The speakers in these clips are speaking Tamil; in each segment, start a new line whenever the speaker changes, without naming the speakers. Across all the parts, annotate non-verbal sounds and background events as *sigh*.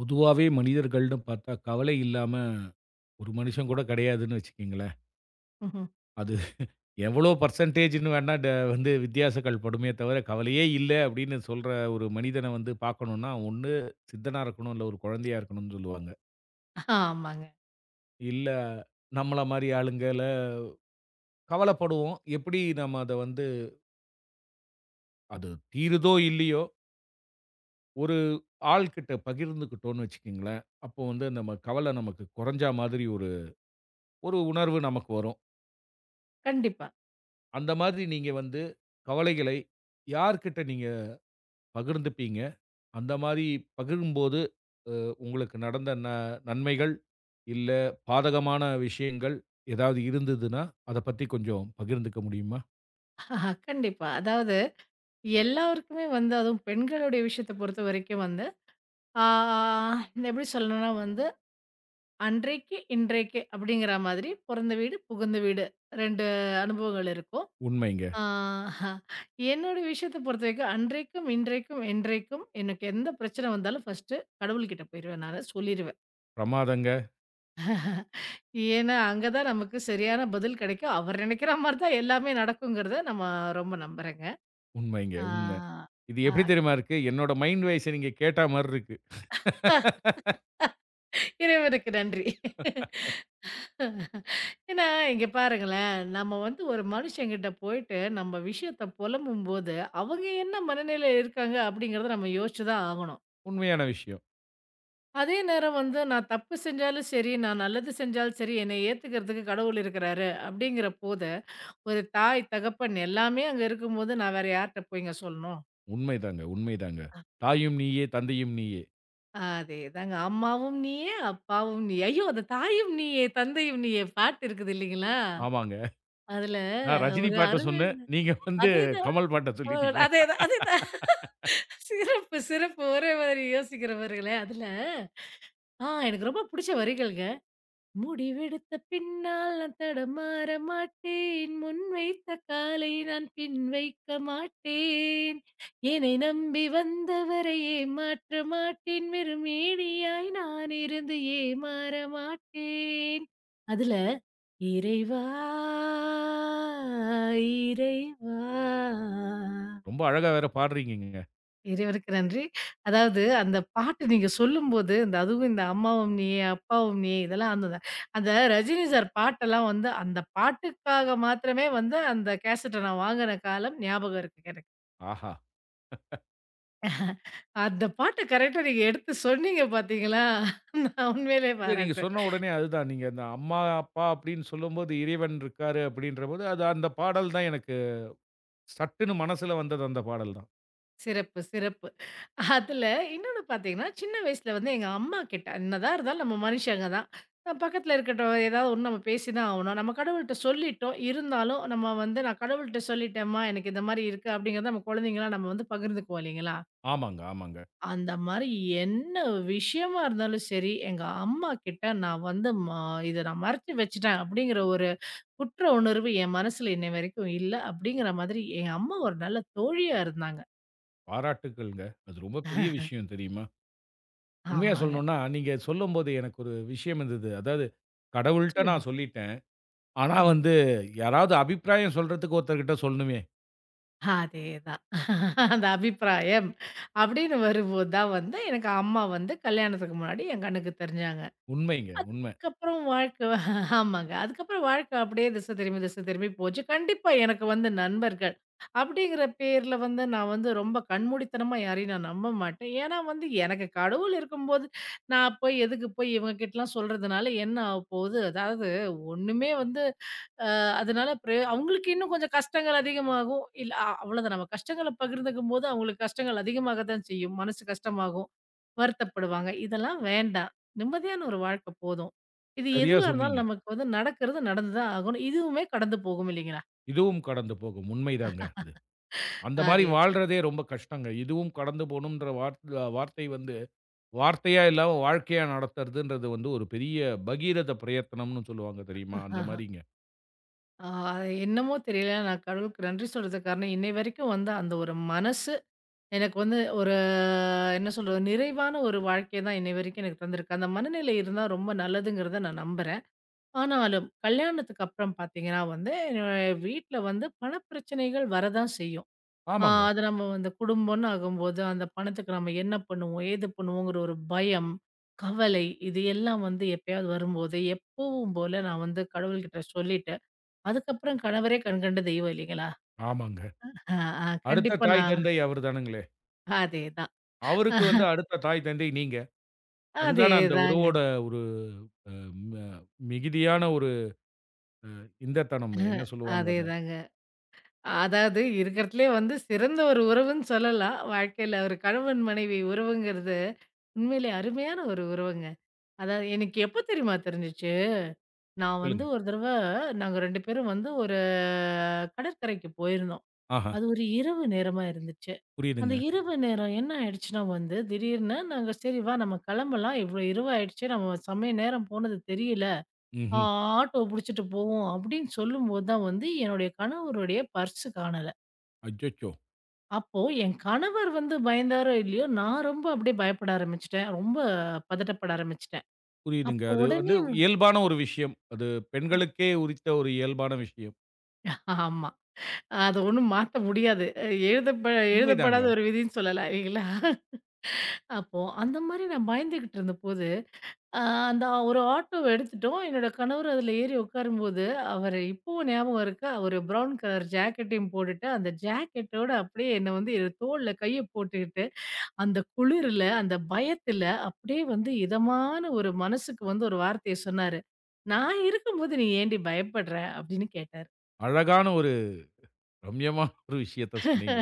பொதுவாவே மனிதர்கள்னு பார்த்தா, கவலை இல்லாம ஒரு மனுஷன் கூட கிடையாதுன்னு வச்சுக்கங்களேன்.
ம்ஹ்ம்.
அது எவ்வளோ பெர்சன்டேஜ்ன்னு வேணா வந்து வித்தியாசங்கள் படுமே தவிர, கவலையே இல்ல அப்படின்னு சொல்ற ஒரு மனிதன வந்து பார்க்கணும்னா, ஒண்ணு சித்தனா இருக்கணும், இல்ல ஒரு குழந்தையா இருக்கணும்னு சொல்லுவாங்க.
ஆமாங்க.
இல்ல நம்மள மாரி ஆளுங்கள கவலைப்படுவோம். எப்படி நம்ம அத வந்து அது தீருதோ இல்லையோ, ஒரு ஆள்கிட்ட பகிர்ந்துக்கிட்டோம்னு வச்சுக்கங்களேன், அப்போ வந்து நம்ம கவலை நமக்கு குறைஞ்சா மாதிரி ஒரு ஒரு உணர்வு நமக்கு வரும்.
கண்டிப்பா.
அந்த மாதிரி நீங்க வந்து கவலைகளை யார்கிட்ட நீங்க பகிர்ந்துப்பீங்க? அந்த மாரி பகிரும்போது, அ உங்களுக்கு நடந்த நன்மைகள், இல்ல பாதகமான விஷயங்கள் ஏதாவது இருந்ததுன்னா, அத பத்தி கொஞ்சம் பகிர்ந்துக்க முடியுமா?
ஆஹா, கண்டிப்பா. அதாவது எல்லாருக்குமே வந்து அதுவும் பெண்களுடைய விஷயத்த பொறுத்தவரைக்கும் வந்து, ஆ எப்படி சொல்லணும்னா வந்து, அன்றைக்கு, இன்றைக்கு அப்படிங்கிற மாதிரி பொறந்த வீடு, புகுந்த வீடு 2 அனுபவங்கள் இருக்கும்.
உண்மைங்க.
ஆ என்னோட விஷயத்த பொறுத்தவரைக்கும் அன்றைக்கும், இன்றைக்கும், என்றைக்கும் எனக்கு எந்த பிரச்சனை வந்தாலும் ஃபர்ஸ்ட்டு கடவுள்கிட்ட போயிருவேன் நானு. சொல்லிருவேன்.
பிரமாதங்க.
ஏன்னா, அங்க தான் நமக்கு சரியான பதில் கிடைக்கும். அவர் நினைக்கிற மாரி தான் எல்லாமே நடக்குங்கிறத நம்ம ரொம்ப நம்புறேங்க.
உண்மைங்க,
ஆ,
உண்ம. இது
ஆ.
எப்படி தெரியுமா இருக்கு? என்னோட மைண்ட் வாய்ஸ நீங்க கேட்டா மாரி இருக்கு. *laughs*
இறைவனுக்கு நன்றி. ஏன்னா, இங்க பாருங்களேன், நம்ம வந்து ஒரு மனுஷங்கிட்ட போயிட்டு, நம்ம விஷயத்த புலம்பும்போது, அவங்க என்ன மனநிலையில இருக்காங்க அப்படிங்கிறத நம்ம யோசிச்சு தான் ஆகணும்.
உண்மையான விஷயம்.
அதே நேரம் வந்து நான் தப்பு செஞ்சாலும் சரி, நான் நல்லது செஞ்சாலும் சரி, என்னை ஏத்துக்கிறதுக்கு கடவுள் இருக்கிறாரு அப்படிங்கிற போது, ஒரு தாய், தகப்பன் எல்லாமே அங்க இருக்கும்போது, நான் வேற யார்ட்ட போய்ங்க சொல்லணும்?
உண்மைதாங்க, உண்மைதாங்க. தாயும் நீயே, தந்தையும் நீயே.
அதேதாங்க. அம்மாவும் நீயே, அப்பாவும் நீயே. ஐயோ! அந்த தாயும் நீயே, தந்தையும் நீயே பாட்டு இருக்குது இல்லைங்களா?
ஆமாங்க.
அதுல
நான் ரஜினி
ஒரு
பாட்ட
அருமை
சொன்னேன். நீங்க வந்து
அதேதான்.
கமல் பாட்ட
அ
சொல்லிட்டீங்க.
அதேதான், அதேதான். சிறப்பு, சிறப்பு. ஒரே மாதிரி யோசிக்கிறவர்களே. அதுல எனக்கு ரொம்ப புடிச்ச வரிகள்ங்க. முடிவெடுத்த பின்னால் நான் தடமாற மாட்டேன். முன் வைத்த காலை நான் பின் வைக்க மாட்டேன். என்னை நம்பி வந்தவரை ஏமாற்ற மாட்டேன். வெறுமேனியாய் நான் இருந்து ஏமாற மாட்டேன். அதுல இறைவா, இறைவா
ரொம்ப அழகா வேற பாடுறீங்கங்க.
இறைவனுக்கு நன்றி. அதாவது அந்த பாட்டு நீங்க சொல்லும்போது, இந்த அதுவும் இந்த "அம்மாவும் நீயே, அப்பாவும் நீயே" இதெல்லாம் அந்த அந்த ரஜினி சார் பாட்டெல்லாம் வந்து அந்த பாட்டுக்காக மாத்திரமே வந்து அந்த கேசட்ட நான் வாங்குன காலம் ஞாபகம் இருக்குங்க எனக்கு.
ஆஹா!
அந்த பாட்ட கரெக்ட்டா நீங்க எடுத்து சொன்னீங்க பார்த்தீங்களா? நான் உண்மையிலேயே
இல்ல நீங்க
பாராட்டுறேன்.
சொன்ன உடனே அதுதான். நீங்க அந்த அம்மா, அப்பா அப்படின்னு சொல்லும்போது இறைவன் இருக்காரு அப்படின்றபோது, அது அந்த பாடல் தான் எனக்கு சட்டுன்னு மனசுல வந்தது அந்த பாடல் தான்.
சிறப்பு, சிறப்பு. அதுல இன்னொன்னு பார்த்தீங்கன்னா, சின்ன வயசுல வந்து எங்க அம்மாகிட்ட என்னதான் இருந்தாலும் நம்ம மனுஷங்க தான். பக்கத்துல இருக்கட்டும், ஏதாவது ஒண்ணு நம்ம பேசி தான் ஆவணும். நம்ம கடவுள்ட்ட சொல்லிட்டோம். இருந்தாலும் நம்ம வந்து நான் கடவுள்ட்ட சொல்லிட்டேம்மா, எனக்கு இந்த மாரி இருக்கு அப்படிங்கிறத நம்ம குழந்தைங்களா நம்ம வந்து பகிர்ந்துக்குவோம் இல்லைங்களா?
ஆமாங்க, ஆமாங்க.
அந்த மாரி என்ன விஷயமா இருந்தாலும் சரி, எங்க அம்மாகிட்ட நான் வந்து இத நான் மறைச்சு வச்சுட்டேன் அப்படிங்கிற ஒரு குற்ற உணர்வு என் மனசுல இன்னை வரைக்கும் இல்ல. அப்படிங்கிற மாதிரி என் அம்மா ஒரு நல்ல தோழியா இருந்தாங்க.
பாராட்டுக்கள்ங்க. அது ரொம்ப பெரிய விஷயம் தெரியுமா? உண்மையா
ஆமாங்க.
சொல்லணும்னா, நீங்க சொல்லும்போது எனக்கு ஒரு விஷயம் இருந்தது. அதாவது கடவுள்ட்ட
சொல்லுங்க.
நான் சொல்லிட்டேன். ஆனா
ம்.
வந்து யாராவது அபிப்பிராயம் சொல்றதுக்கு ஒருத்தர்கிட்ட சொல்லணுமே!
அதேதான். அந்த அபிப்பிராயம் அப்படின்னு வரும்போது தான் வந்து, எனக்கு அம்மா வந்து கல்யாணத்துக்கு முன்னாடி என் கண்ணுக்கு தெரிஞ்சாங்க.
உண்மைங்க, உண்ம.
அதுக்கப்புறம் வாழ்க்கை ஆமாங்க. அதுக்கப்புறம் வாழ்க்கை அப்படியே திசை திரும்பி, திசை திரும்பி போச்சு. கண்டிப்பா எனக்கு வந்து நண்பர்கள் அப்படிங்கிற பேர்ல வந்து நான் வந்து ரொம்ப கண்மூடித்தனமா யாரையும் நான் நம்ப மாட்டேன். ஏன்னா வந்து எனக்கு கடவுள் இருக்கும்போது, நான் போய் எதுக்கு போய் இவங்க கிட்டலாம் சொல்றதுனால என்ன ஆகப்போகுது? அதாவது ஒண்ணுமே வந்து அ அதனால பிரயோ அவங்களுக்கு இன்னும் கொஞ்சம் கஷ்டங்கள் அதிகமாகும். இல்ல அவ்வளோதான் நம்ம கஷ்டங்கள பகிர்ந்துக்கும்போது, அவங்களுக்கு கஷ்டங்கள் அதிகமாக தான் செய்யும். மனசு கஷ்டமாகும். வருத்தப்படுவாங்க. இதெல்லாம் வேண்டாம். நிம்மதியான ஒரு வாழ்க்கை போதும். இது
சரியா
எதுவா இருந்தாலும்
சொன்னீங்க.
நமக்கு வந்து நடக்கிறது நடந்து தான் ஆகணும். இதுவுமே கடந்து போகும் இல்லைங்களா?
இதுவும் கடந்து போகும். உண்மைதாங்க அது. அந்த மாரி
அதேதான்.
வாழ்றதே ரொம்ப கஷ்டங்க. இதுவும் கடந்து போணும்ன்ற வார்த்தை வந்து வார்த்தையா இல்லாம வாழ்க்கையா நடத்துறதுன்றது வந்து ஒரு பெரிய பகீரத பிரயத்தனம்னு சொல்லுவாங்க தெரியுமா? அந்த மாரிங்க.
அது என்னமோ தெரியல. நான் கடவுளுக்கு நன்றி சொல்றதுக்கு காரணம், இன்னை வரைக்கும் வந்து அந்த ஒரு மனசு எனக்கு வந்து ஒரு என்ன சொல்றது? நிறைவான ஒரு வாழ்க்கைய தான் இன்னை வரைக்கும் எனக்கு தந்திருக்கு. அந்த மனநிலை இருந்தா ரொம்ப நல்லதுங்கிறத நான் நம்புறேன். ஆனாலும் கல்யாணத்துக்கு அப்புறம் பார்த்தீங்கன்னா வந்து, என்னுடைய வீட்ல வந்து பணப்பிரச்சனைகள் வரதான் செய்யும்.
ஆமாங்க,
அது நம்ம வந்து குடும்பம்னு ஆகும்போது, அந்த பணத்துக்கு நம்ம என்ன பண்ணுவோம்? ஏது பண்ணுவோங்கிற ஒரு பயம், கவலை இது எல்லாம் வந்து எப்பயாவது வரும்போது, எப்பவும் போல நான் வந்து கடவுள்கிட்ட சொல்லிட்டு, அதுக்கப்புறம் கணவரே கண்கண்ட தெய்வம் இல்லைங்களா?
ஆமாங்க.
அ, அ
அடுத்த
கண்டிப்பா
தாய்
நான்
தந்தை அவரு தானுங்களே.
அதேதான்.
அவருக்கு வந்து அடுத்த தாய் தந்தை நீங்க. அதுதானே அந்த
அதேதாங்க.
உறவோட ஒரு அ ம மிகுதியான ஒரு இன்பத்தனம் என்ன சொல்லுவாங்க அத?
அதேதாங்க. அதாவது இருக்கிறதுலே வந்து சிறந்த ஒரு உறவுன்னு சொல்லலாம். வாழ்க்கையில ஒரு கணவன், மனைவி உறவுங்கிறது உண்மையிலே அருமையான ஒரு உறவுங்க. அதாவது எனக்கு எப்ப தெரியுமா தெரிஞ்சுச்சு? நான் வந்து
சொல்லுங்க.
ஒரு தடவ நாங்க 2 பேரும் வந்து ஒரு கடற்கரைக்கு போயிருந்தோம்.
ஆஹா,
அது ஒரு இரவு நேரமா இருந்துச்சு. அந்த
புரியுதுங்க.
இரவு நேரம் என்ன ஆயிடுச்சுன்னா வந்து, திடீர்னு நாங்க சரி வா நம்ம கிளம்பலாம். இவ்வளோ இரவாயிடுச்சு. நம்ம செமைய நேரம் போனது தெரியல. ஆ
ம்ஹ்ம்.
ஆட்டோ புடிச்சுட்டு போவோம் அப்படின்னு சொல்லும்போது தான் வந்து என்னுடைய கணவருடைய பர்ஸு காணல.
அச்சச்சோ!
அப்போ என் கணவர் வந்து பயந்தாரோ! இல்லயோ! நான் ரொம்ப அப்படியே பயப்பட ஆரம்பிச்சுட்டேன். ரொம்ப பதட்டப்பட ஆரம்பிச்சுட்டேன்.
புரியுதுங்க.
அப்போ
அது வந்து
உடனே
இயல்பான ஒரு விஷயம். அது பெண்களுக்கே உரித்த ஒரு இயல்பான விஷயம்.
ஆமா. அத ஒண்ணும் மாத்த முடியாது. எழுதப்ப எழுதப்படாத
உண்மைதாங்க.
ஒரு விதின்னு சொல்லலாம் இல்லைங்களா? அப்போ அந்த மாரி நான் பயந்துகிட்டு இருந்தபோது அ அந்த ஒரு ஆட்டோ எடுத்துட்டோம். என்னோட கணவர் அதில ஏறி உட்காரும்போது, அவரு இப்பவும் ஞாபகம் இருக்கு. அவரு ப்ரவுன் கலர் ஜாக்கெட்டையும் போட்டுட்டு, அந்த ஜாக்கெட்டோட அப்படியே என்ன வந்து என் தோள்ல கைய போட்டுக்கிட்டு, அந்த குளிர்ல, அந்த பயத்துல அப்படியே வந்து இதமான ஒரு மனசுக்கு வந்து ஒரு வார்த்தைய சொன்னாரு. "நான் இருக்கும்போது நீ ஏன்டி பயப்படுற?" அப்படின்னு கேட்டாரு.
அழகான ஒரு ரம்யமான ஒரு விஷயத்த சொன்னீங்க.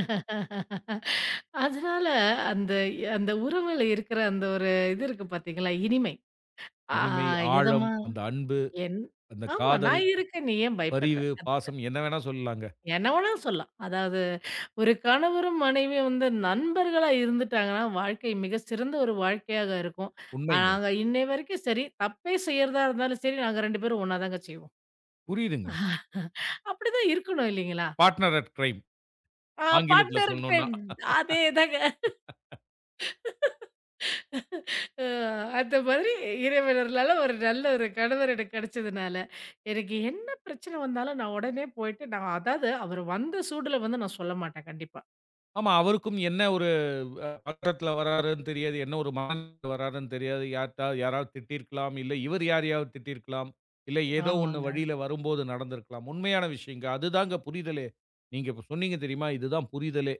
அதனால அந்த அந்த உறவுல இருக்கிற அந்த ஒரு இது இருக்கு பார்த்தீங்களா? இனிமை. ஆ
இனிமை, ஆழம்,
எதமா
அந்த அன்பு,
என்
அந்த
ஆமா.
காதல்,
நான் இருக்கேன். நீ ஏன் பயப்படுற?
பரிவு,
அதுதான்.
பாசம் என்ன வேணா சொல்லலாங்க.
என்ன வேணாலும் சொல்லலாம். அதாவது ஒரு கணவரும் மனைவியும் வந்து நண்பர்களா இருந்துட்டாங்கன்னா, வாழ்க்கை மிக சிறந்த ஒரு வாழ்க்கையாக இருக்கும். ஆனா,
உண்மைங்க.
நாங்க இன்னை வரைக்கும் சரி, தப்பே செய்யறதா இருந்தாலும் சரி, நாங்க 2 பேரும் ஒண்ணா தாங்க செய்வோம்.
புரியுதுங்க.
*laughs* அப்படிதான் இருக்கணும் இல்லைங்களா?
Partner at crime. ஆங்கிலத்துல
பார்ட்னர்
சொல்லணும்னா.
டைம் அதேதாங்க. அ அந்த மாதிரி இறைவனருளால ஒரு நல்ல ஒரு கணவர் எனக்கு கிடைச்சதுனால, எனக்கு என்ன பிரச்சனை வந்தாலும் நான் உடனே போயிட்டு நான் அதாவது அவர் வந்த சூடுல வந்து நான் சொல்ல மாட்டேன் கண்டிப்பா.
ஆமா அவருக்கும் என்ன ஒரு பக்கத்துல வராருன்னு தெரியாது. என்ன ஒரு மனநிலையில வராருன்னு தெரியாது. யார்ட்டா யாராவது திட்டியிருக்கலாம். இல்ல இவர் யாரையாவது திட்டியிருக்கலாம். இல்ல ஏதோ ஒண்ணு
ஆமாங்க.
வழியில வரும்போது நடந்திருக்கலாம். உண்மையான விஷயங்க. அதுதாங்க புரிதலே. நீங்க இப்ப சொன்னீங்க தெரியுமா? இதுதான் புரிதலே.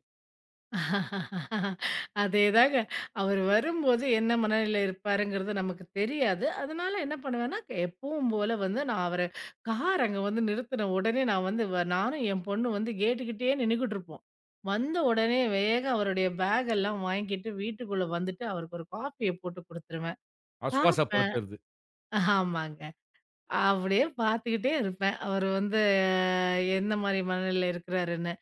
அதேதாங்க. அவரு வரும்போது என்ன மனநிலையில இருப்பாருங்கிறது நமக்கு தெரியாது. அதனால என்ன பண்ணுவேன்னா, எப்பவும் போல வந்து நான் அவர கார் அங்க வந்து நிறுத்தின உடனே நான் வந்து நானும் என் பொண்ணும் வந்து கேட்டுக்கிட்டயே நின்னுகிட்டு இருப்போம். வந்த உடனே வேகா அவருடைய பேக் எல்லாம் வாங்கிட்டு வீட்டுக்குள்ள வந்துட்டு, அவருக்கு ஒரு காஃபிய போட்டு குடுத்துருவேன். பார்ப்பேன்
ஆஸ்வாசப்படுத்துறது.
ஆமாங்க. அப்படியே பார்த்துக்கிட்டே இருப்பேன். அவரு வந்து எந்த மாரி மனநிலையில இருக்கிறாருன்னு.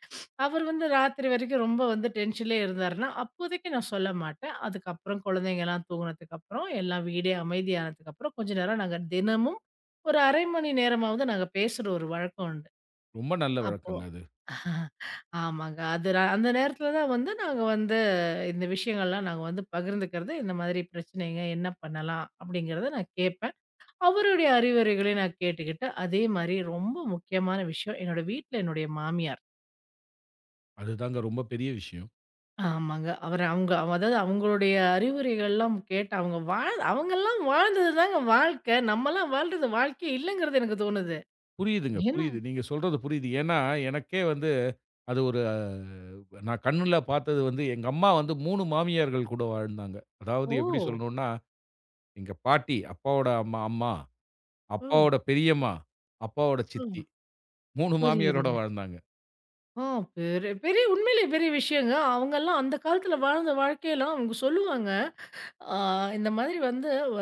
அவர் வந்து ராத்திரி வரைக்கும் ரொம்ப வந்து டென்ஷன்லயே இருந்தாருன்னா, அப்போதைக்கு நான் சொல்ல மாட்டேன். அதுக்கப்புறம் குழந்தைங்கலாம் தூங்குனதுக்கப்புறம், எல்லாம் வீடே அமைதியானதுக்கப்புறம், கொஞ்ச நேரம் நாங்க தினமும் ஒரு 1/2 மணி நேரமாவது நாங்க பேசுற ஒரு வழக்கம் உண்டு.
ரொம்ப நல்ல
அப்போ
வழக்கங்க அது.
*laughs* ஆமாங்க. அது அந்த நேரத்துல தான் வந்து நாங்க வந்து இந்த விஷயங்கள்லாம் நாங்க வந்து பகிர்ந்துக்கிறது, இந்த மாதிரி பிரச்சனைங்க, என்ன பண்ணலாம் அப்படிங்கிறத நான் கேட்பேன். அவருடைய அறிவுரைகளையும் நான் கேட்டுக்கிட்டு, அதே மாரி ரொம்ப முக்கியமான விஷயம், என்னோட வீட்ல என்னுடைய மாமியார்.
அதுதாங்க ரொம்ப பெரிய விஷயம்.
ஆமாங்க. அவரு அவங்க அதாவது அவங்களுடைய அறிவுரைகள்லாம் கேட்டு அவங்க வாழ் அவங்கலாம் வாழ்ந்தது தாங்க வாழ்க்கை. நம்மலாம் வாழ்றது வாழ்க்கையே இல்லங்கிறது எனக்கு தோணுது.
புரியுதுங்க,
ஏன்னா
புரியுது. நீங்க சொல்றது புரியுது. ஏன்னா, எனக்கே வந்து அது ஒரு நான் கண்ணுல பார்த்தது வந்து எங்க அம்மா வந்து 3 மாமியார்கள் கூட வாழ்ந்தாங்க. அதாவது
ஓ!
எப்படி சொல்லணும்னா, எங்க பாட்டி, அப்பாவோட அம்மா அம்மா,
ம்,
அப்பாவோட பெரியம்மா, அப்பாவோட சித்தி.
ம்.
3 மாமியாரோட
புரியுதுங்க.
வாழ்ந்தாங்க.
ஆ பெரிய பெரிய உண்மையிலேயே பெரிய விஷயங்க. அவங்கலாம் அந்த காலத்துல வாழ்ந்த வாழ்க்கையெல்லாம் அவங்க சொல்லுவாங்க. ஆ இந்த மாதிரி வந்து வ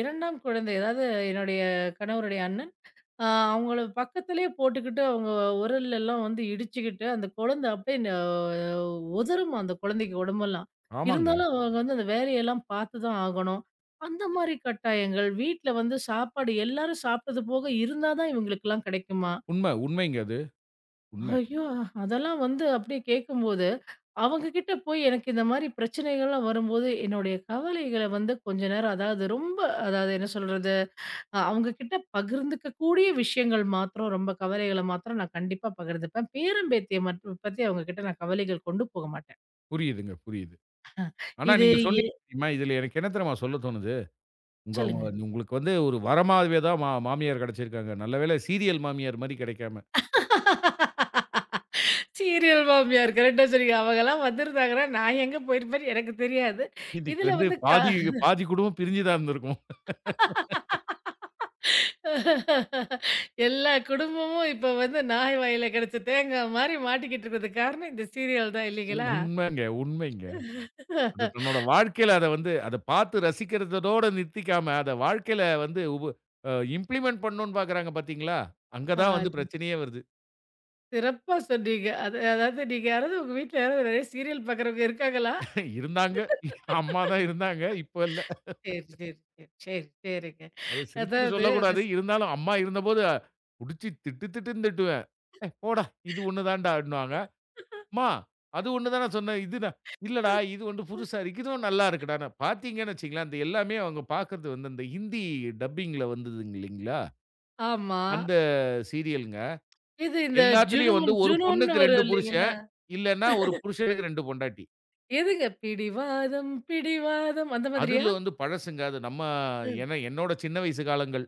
2ஆம் குழந்தை அதாவது என்னுடைய கணவருடைய அண்ணன் அவங்கள பக்கத்திலேயே போட்டுக்கிட்டு, அவங்க உரலெல்லாம் வந்து இடிச்சுக்கிட்டு, அந்த குழந்தை அப்படியே உதறுமா அந்த குழந்தைக்கு உடம்பெல்லாம்.
ஆமாங்க.
இருந்தாலும் அவங்க வந்து அந்த வேலையெல்லாம் பார்த்து தான் ஆகணும். அந்த மாரி கட்டாயங்கள். வீட்ல வந்து சாப்பாடு எல்லாரும் சாப்பிட்டது போக இருந்தா தான் இவங்களுக்கெல்லாம் கிடைக்குமா?
உண்ம, உண்மைங்க அது. உண்ம.
ஐயோ! அதெல்லாம் வந்து அப்படியே கேட்கும்போது, அவங்க கிட்ட போய் எனக்கு இந்த மாரி பிரச்சனைகள்லாம் வரும்போது, என்னுடைய கவலைகள வந்து கொஞ்ச நேரம் அதாவது ரொம்ப அதாவது என்ன சொல்றது? அவங்க கிட்ட பகிர்ந்துக்க கூடிய விஷயங்கள் மாத்திரம் ரொம்ப கவலைகள மாத்திரம் நான் கண்டிப்பா பகிர்ந்துப்பேன். பேரன் பேத்திய மட்டும் பத்தி அவங்க கிட்ட நான் கவலைகள் கொண்டு போக மாட்டேன்.
புரியுதுங்க, புரியுது. ஆனா
இது
நீங்க
எ
சொன்னீங்க தெரியுமா, இதுல எனக்கு என்ன தெரியுமா சொல்ல தோணுது? உங்க
சொல்லுங்க.
உங்களுக்கு வந்து ஒரு வரமாவே தான் மாமியார் கிடைச்சிருக்காங்க. நல்ல வேளை சீரியல் மாமியார் மாரி கிடைக்காம
சீரியல் மாமியார் கரெக்ட்டா சொன்னீங்க. அவங்கலாம் வந்திருந்தாங்கன்னா, நான் எங்க போயிருப்பேன்னு எனக்கு தெரியாது.
இன்னைக்கு
இதுல
வந்து
வந்து க
பாதி பாதி குடும்பம் பிரிஞ்சு தான் இருந்திருக்கும்.
எல்லா குடும்பமும் இப்ப வந்து நாய் வாயில கிடைச்ச தேங்காய் மாரி மாட்டிக்கிட்டு இருக்கிறதுக்கு காரணம் இந்த சீரியல் தான் இல்லைங்களா?
உண்மைங்க, உண்மைங்க. அது தன்னோட வாழ்க்கையில அத வந்து அத பார்த்து ரசிக்கிறதோட நிறுத்திக்காம, அத வாழ்க்கையில வந்து உப அ இம்ப்ளிமெண்ட் பண்ணணும்னு பார்க்குறாங்க பார்த்தீங்களா? அங்க தான்
அ
வந்து பிரச்சனையே வருது.
சிறப்பா சொன்னீங்க. அது அதாவது நீங்க யாராவது உங்க வீட்ல யாராவது நெறைய சீரியல் பார்க்குறவங்க இருக்காங்களா?
இருந்தாங்க. அம்மா தான் இருந்தாங்க. இப்ப இல்ல.
சரி, சரி, சரி, சரி, சரிங்க.
அது சிரிச்சுட்டு
அதாவது *laughs* அது
சொல்லக்கூடாது.
ஸ்
இருந்தாலும் அம்மா இருந்தபோது புடிச்சு திட்டு திட்டுன்னு திட்டுவேன். "ஏய் போடா! இது ஒண்ணு தான்டா" அப்படின்னுவாங்க. அம்மா, அது ஒண்ணு தான சொன்னேன். இதுதான். இல்லடா, இது ஒண்ணு புதுசா இருக்கு. இதுவும் நல்லா இருக்குடான்னு. பார்த்தீங்கன்னு வச்சுக்கங்களேன், அந்த எல்லாமே அவங்க பார்க்குறது வந்து அந்த ஹிந்தி டப்பிங்ல வந்ததுங்க இல்லைங்களா?
ஆமா.
அந்த சீரியலுங்க.
இது இந்த
எல்லாத்துலயும்
ஜுனூன்
வந்து ஒரு
ஜுனூன்னு
பொண்ணுக்கு
வரும்
2
இல்லைங்களா?
புருஷன். இல்லன்னா ஒரு புருஷனுக்கு 2 பொண்டாட்டி.
எதுங்க பிடிவாதம், பிடிவாதம் அந்த மாதிரியா?
அதுல வந்து பழசுங்க. அது நம்ம
ம்.
ஏன்னா என்னோட சின்ன வயசு காலங்கள்.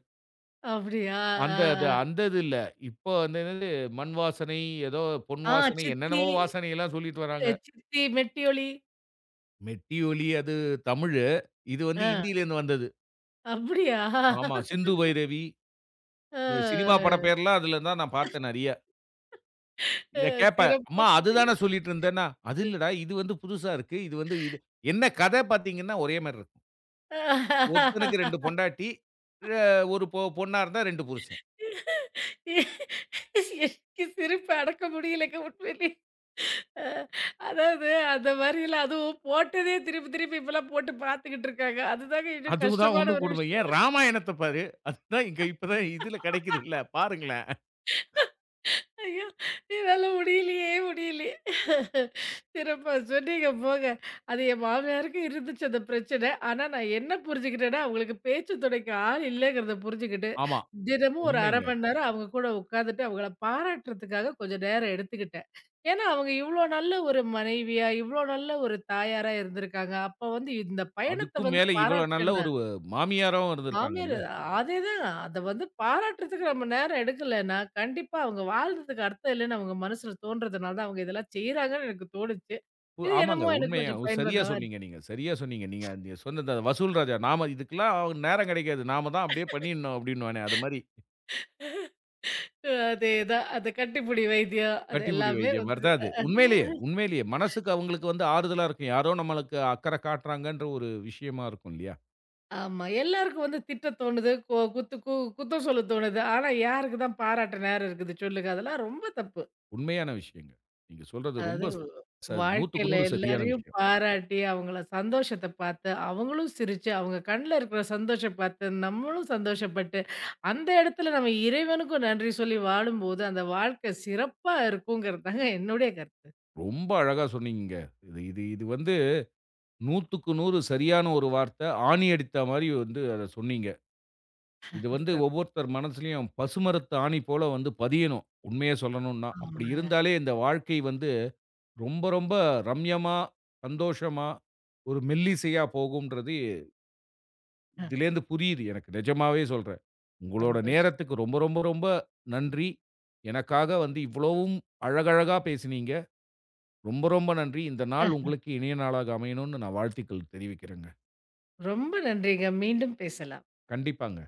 அப்படியா? ஆ,
அந்த
ஆ.
அது
*laughs*
அந்த இது இல்ல. இப்போ அந்த என்னது மண் வாசனை, ஏதோ பொன்
ஆ
வாசனை
சித்தி
என்னென்னவோ வாசனையெல்லாம் சொல்லிட்டு வராங்க.
அ சித்தி மெட்டியொலி.
மெட்டி ஒலி அது தமிழு. இது வந்து
ஆ.
ஹிந்தியிலேருந்து வந்தது.
அப்படியா?
ஆமா. சிந்து பைரவி. இந்த
ஆ,
சினிமா பட
*laughs*
பேர்லாம் அதுல தான் நான் பார்த்தேன் நெறைய.
அ
இத கேட்பேன்.
சிறப்பா
அம்மா
சொன்னீங்க.
அதுதானே சொல்லிட்டு இருந்தேன்னா, அது இல்லடா. இது வந்து புதுசா இருக்கு. இது வந்து இது என்ன கதை பார்த்தீங்கன்னா, ஒரே மாரி இருக்கும். ஒருத்தனுக்கு 2
*laughs*
பொண்டாட்டி. அ ஒரு பொண்ணா இருந்தா 2 புருஷன்.
எனக்கு சிரிப்பு அடக்க முடியலைங்க உண்மையிலே. அ அதாவது அந்த வரியில அதுவும் போட்டதே திருப்பி திருப்பி இப்பலாம் போட்டு பார்த்துக்கிட்டு இருக்காங்க. அதுதாங்க இன்னும்
அதுதான்
கஷ்டமான
உன்னும்
ஒரு
கொடுமை.
விஷயம்.
ஏன் ராமாயணத்த பாரு. அதுதான் இங்க இப்ப தான் இதுல கிடைக்குதுல்ல. பாருங்களேன்.
ஐயோ! என்னால முடியலையே, முடியலையே. சிறப்பா சொன்னீங்க போங்க. அது என் மாமியாருக்கு இருந்துச்சு அந்த பிரச்சனை. ஆனா, நான் என்ன புரிஞ்சுக்கிட்டேன்னா, அவங்களுக்கு பேச்சு துணைக்கு ஆள் இல்லைங்கிறத புரிஞ்சுக்கிட்டு,
ஆமா.
தினமும் ஒரு 1/2
உண்மைங்க.
மணி நேரம் அவங்க கூட உட்காந்துட்டு, அவங்கள பாராட்டுறதுக்காக கொஞ்சம் நேரம் எடுத்துக்கிட்டேன். ஏன்னா, அவங்க இவ்ளோ நல்ல ஒரு மனைவியா, இவ்ளோ நல்ல ஒரு தாயாரா இருந்திருக்காங்க. அப்ப வந்து இந்த பயணத்த
அதுக்கும்
வந்து
மேல இவ்வளோ
பாராட்டுற
நல்ல ஒரு மாமியாரும்
மாமியார்
இருந்திருக்காங்கல்ல.
அதேதான். அத வந்து பாராட்டுறதுக்கு நம்ம நேரம் எடுக்கலன்னா, கண்டிப்பா அவங்க வாழ்றதுக்கு அர்த்தம் இல்லன்னு அவங்க மனசுல தோன்றதுனால தான் அவங்க இதெல்லாம் செய்றாங்கன்னு எனக்கு தோணுச்சு. இது
ஆமாங்க.
என்னமோ எனக்கு
உண்மையா
கொஞ்சம்
சரியா
பயனுள்ளதாவா இருக்கு.
சொன்னீங்க நீங்க. சரியா சொன்னீங்க. நீங்க நீங்க சொன்னது அந்த வசூல் ராஜா. நாம இதுக்கெல்லாம் நேரம் கிடைக்காது. நாம தான் அப்படியே பண்ணிடணும் அப்படின்னுவானே, அது மாரி
அதேதான். அது கட்டிப்புடி வைத்தியம். அது
கட்டிப்புடி
எல்லாமே
வைத்தியம் மாரி
வந்து
தான் அது. உண்மையிலேயே, உண்மையிலேயே மனசுக்கு அவங்களுக்கு வந்து ஆறுதலா இருக்கும். யாரோ நம்மளுக்கு அக்கறை காட்டுறாங்கன்ற ஒரு விஷயமா இருக்கும் இல்லையா?
ஆமா. எல்லாருக்கும் வந்து திட்ட தோணுது. கொ குத்து கு குத்தம் சொல்ல தோணுது. ஆனா யாருக்கு தான் பாராட்ட நேரம் இருக்குது சொல்லுங்க. அதெல்லாம் ரொம்ப தப்பு.
உண்மையான விஷயங்க. நீங்க சொல்றது
அதாவது
ரொம்ப ச 100க்கு
வாழ்க்கையில
100 சரியான
எல்லாரையும்
விஷயம்.
பாராட்டி, அவங்கள சந்தோஷத்த பார்த்து, அவங்களும் சிரிச்சு, அவங்க கண்ல இருக்கிற சந்தோஷம் பார்த்து, நம்மளும் சந்தோஷப்பட்டு, அந்த இடத்துல நம்ம இறைவனுக்கும் நன்றி சொல்லி வாழும்போது, அந்த வாழ்க்கை சிறப்பா இருக்குங்கிறதுதாங்க என்னுடைய கருத்து.
ரொம்ப அழகா சொன்னீங்கங்க. இது இது இது வந்து 100க்கு 100 சரியான ஒரு வார்த்தை. ஆணி அடித்த மாரி வந்து அத சொன்னீங்க. இது வந்து ஒவ்வொருத்தர் மனசுலயும் பசுமரத்து ஆணி போல வந்து பதியணும். உண்மைய சொல்லணும்னா. அப்படி
ஆமாங்க.
இருந்தாலே இந்த வாழ்க்கை வந்து ரொம்ப ரொம்ப ரம்யமா, சந்தோஷமா, ஒரு மெல்லிசையா போகும்ன்றது
அ
இதிலேருந்து புரியுது எனக்கு. நிஜமாவே சொல்றேன். உங்களோட
சந்தோஷம்.
நேரத்துக்கு ரொம்ப ரொம்ப ரொம்ப நன்றி. எனக்காக வந்து இவ்வளவும் அழகழகா பேசினீங்க. ரொம்ப ரொம்ப நன்றி. இந்த நாள்
அ
உங்களுக்கு இனிய நாளாக அமையணும்னு நான் வாழ்த்துக்கள் தெரிவிக்கிறேங்க.
ரொம்ப நன்றிங்க. மீண்டும் பேசலாம்.
கண்டிப்பாங்க.